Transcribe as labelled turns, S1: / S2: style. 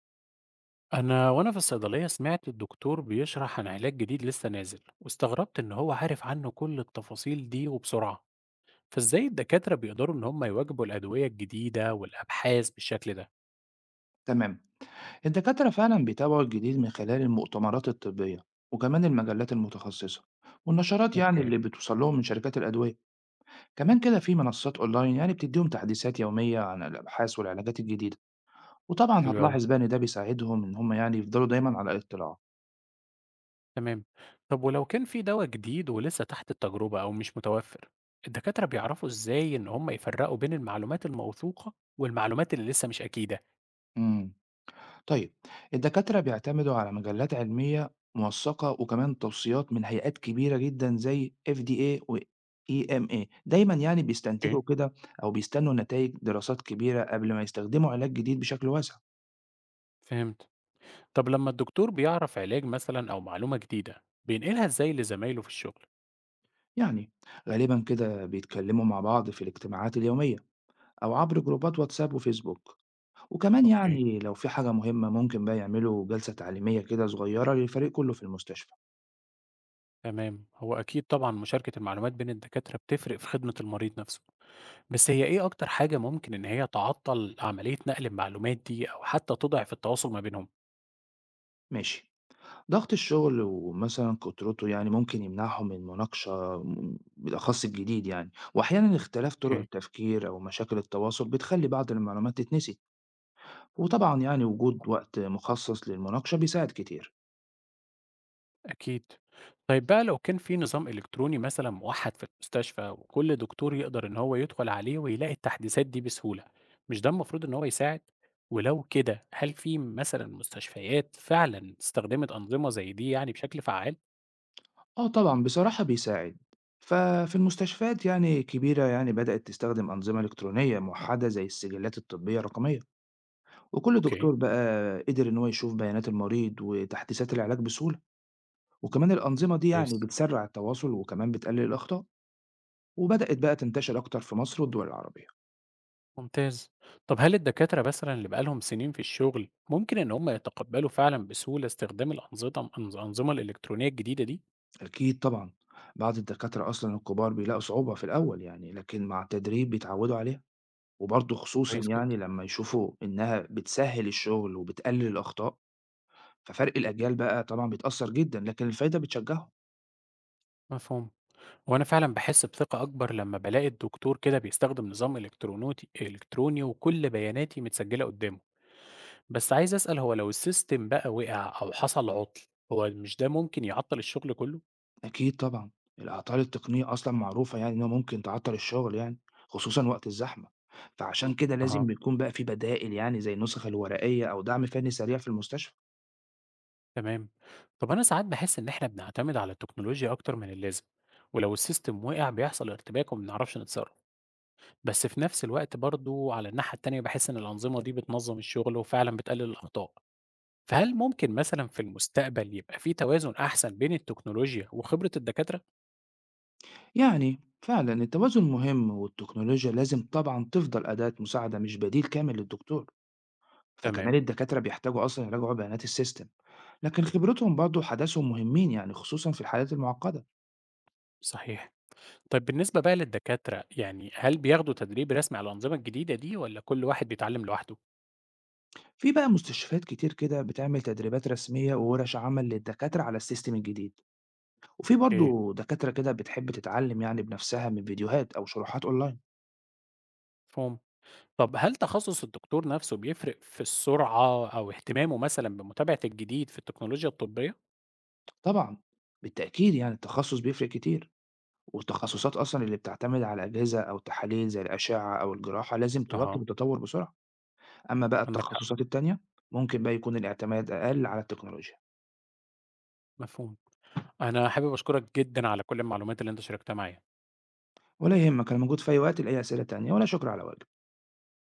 S1: أنا في الصيدلية سمعت الدكتور بيشرح عن علاج جديد لسه نازل، واستغربت إن هو عارف عنه كل التفاصيل دي وبسرعة. فإزاي الدكاترة بيقدروا إن هم يواجهوا الأدوية الجديدة والأبحاث بالشكل ده؟
S2: تمام. الدكاترة فعلا بيتابعوا الجديد من خلال المؤتمرات الطبية، وكمان المجلات المتخصصة والنشرات يعني
S1: اوكي.
S2: اللي بتوصل لهم من شركات الأدوية. كمان كده في منصات أونلاين يعني بتديهم تحديثات يومية عن الأبحاث والعلاجات الجديدة. وطبعا
S1: حلو أوي.
S2: هتلاحظ بقى إن ده بيساعدهم إن هم يعني يفضلوا دايما على اطلاع.
S1: تمام. طب ولو كان في دواء جديد ولسه تحت التجربة أو مش متوفر، الدكاترة بيعرفوا إزاي إن هم يفرقوا بين المعلومات الموثوقة والمعلومات اللي لسه مش أكيدة؟
S2: امم طيب، الدكاترة بيعتمدوا على مجلات علمية موثقة وكمان توصيات من هيئات كبيرة جدا زي FDA و EMA دايما يعني
S1: اوكي.
S2: بيستنتجوا كده، أو بيستنوا نتائج دراسات كبيرة قبل ما يستخدموا علاج جديد بشكل واسع.
S1: فهمت. طب لما الدكتور بيعرف علاج مثلا أو معلومة جديدة بينقلها إزاي لزمايله في الشغل؟
S2: يعني غالبا كده بيتكلموا مع بعض في الاجتماعات اليومية، أو عبر جروبات واتساب وفيسبوك، وكمان
S1: اوكي.
S2: يعني لو في حاجة مهمة ممكن بقى يعملوا جلسة تعليمية كده صغيرة للفريق كله في المستشفى.
S1: تمام، هو أكيد طبعًا مشاركة المعلومات بين الدكاترة بتفرق في خدمة المريض نفسه، بس هي إيه أكتر حاجة ممكن إن هي تعطّل عملية نقل المعلومات دي أو حتى تضعف التواصل ما بينهم؟
S2: ماشي. ضغط الشغل ومثلًا كترته يعني ممكن يمنعهم من مناقشة بالأخص الجديد يعني، وأحيانًا اختلاف طرق
S1: اوكي.
S2: التفكير أو مشاكل التواصل بتخلّي بعض المعلومات تتنسي، وطبعًا يعني وجود وقت مخصص للمناقشة بيساعد كتير.
S1: أكيد. طيب بقى لو كان في نظام إلكتروني مثلًا موحّد في المستشفى وكل دكتور يقدر إن هو يدخل عليه ويلاقي التحديثات دي بسهولة، مش ده المفروض إن هو يساعد؟ ولو كده، هل في مثلًا مستشفيات فعلًا استخدمت أنظمة زي دي يعني بشكل فعّال؟
S2: آه طبعًا بصراحة بيساعد. ففي المستشفيات يعني كبيرة يعني بدأت تستخدم أنظمة إلكترونية موحدة زي السجلات الطبية الرقمية، وكل
S1: اوكي.
S2: دكتور بقى قدر إن هو يشوف بيانات المريض وتحديثات العلاج بسهولة، وكمان الأنظمة دي يعني
S1: كويس.
S2: بتسرّع التواصل وكمان بتقلل الأخطاء. وبدأت بقى تنتشر أكتر في مصر والدول العربية.
S1: ممتاز. طب هل الدكاترة مثلا اللي بقالهم سنين في الشغل ممكن ان هم يتقبلوا فعلا بسهولة استخدام الأنظمة الإلكترونية الجديدة دي؟
S2: أكيد طبعا. بعض الدكاترة أصلا الكبار بيلاقوا صعوبة في الأول يعني، لكن مع التدريب بيتعودوا عليها، وبرضه خصوصا
S1: كويس
S2: يعني
S1: جدا.
S2: لما يشوفوا إنها بتسهل الشغل وبتقلل الأخطاء. ففرق الأجيال بقى طبعا بيتأثر جدا، لكن الفايدة بتشجعهم.
S1: مفهوم. وانا فعلا بحس بثقة اكبر لما بلاقي الدكتور كده بيستخدم نظام الكتروني وكل بياناتي متسجلة قدامه. بس عايز اسأل، هو لو السيستم بقى وقع او حصل عطل، هو مش ده ممكن يعطل الشغل كله؟
S2: أكيد طبعا. الأعطال التقنية أصلا معروفة يعني إنها ممكن تعطل الشغل يعني، خصوصا وقت الزحمة. فعشان كده لازم
S1: أها.
S2: بيكون بقى في بدائل يعني زي النسخ الورقية أو دعم فني سريع في المستشفى.
S1: تمام. طب أنا ساعات بحس إن إحنا بنعتمد على التكنولوجيا أكتر من اللازم، ولو السيستم وقع بيحصل ارتباك وما بنعرفش نتصرف، بس في نفس الوقت برضو على الناحية التانية بحس إن الأنظمة دي بتنظم الشغل وفعلا بتقلل الأخطاء. فهل ممكن مثلا في المستقبل يبقى في توازن أحسن بين التكنولوجيا وخبرة الدكاترة؟
S2: يعني فعلا التوازن مهم، والتكنولوجيا لازم طبعا تفضل أداة مساعدة مش بديل كامل للدكتور. فكمان
S1: تمام.
S2: الدكاترة بيحتاجوا أصلا يراجعوا بيانات السيستم. لكن خبرتهم برضه وحدثهم مهمين يعني خصوصا في الحالات المعقدة.
S1: صحيح. طيب بالنسبة بقى للدكاترة يعني هل بياخدوا تدريب رسمي على الأنظمة الجديدة دي ولا كل واحد بيتعلم لوحده؟
S2: في بقى مستشفيات كتير كده بتعمل تدريبات رسمية وورش عمل للدكاترة على السيستم الجديد، وفي
S1: إيه.
S2: برضه دكاترة كده بتحب تتعلم يعني بنفسها من فيديوهات أو شروحات أونلاين.
S1: فهم. طب هل تخصص الدكتور نفسه بيفرق في السرعة أو اهتمامه مثلًا بمتابعة الجديد في التكنولوجيا الطبية؟
S2: طبعا بالتأكيد يعني التخصص بيفرق كتير. والتخصصات أصلًا اللي بتعتمد على أجهزة أو تحاليل زي الأشعة أو الجراحة لازم تواكب
S1: أها،
S2: التطور بسرعة، أما بقى
S1: عندك حق،
S2: التخصصات التانية ممكن بقى يكون الاعتماد أقل على التكنولوجيا،
S1: مفهوم. أنا حابب أشكرك جدًا على كل المعلومات اللي أنت شاركتها معايا.
S2: ولا يهمك أنا موجود في أي وقت لأي أسئلة تانية، ولا شكر على واجب.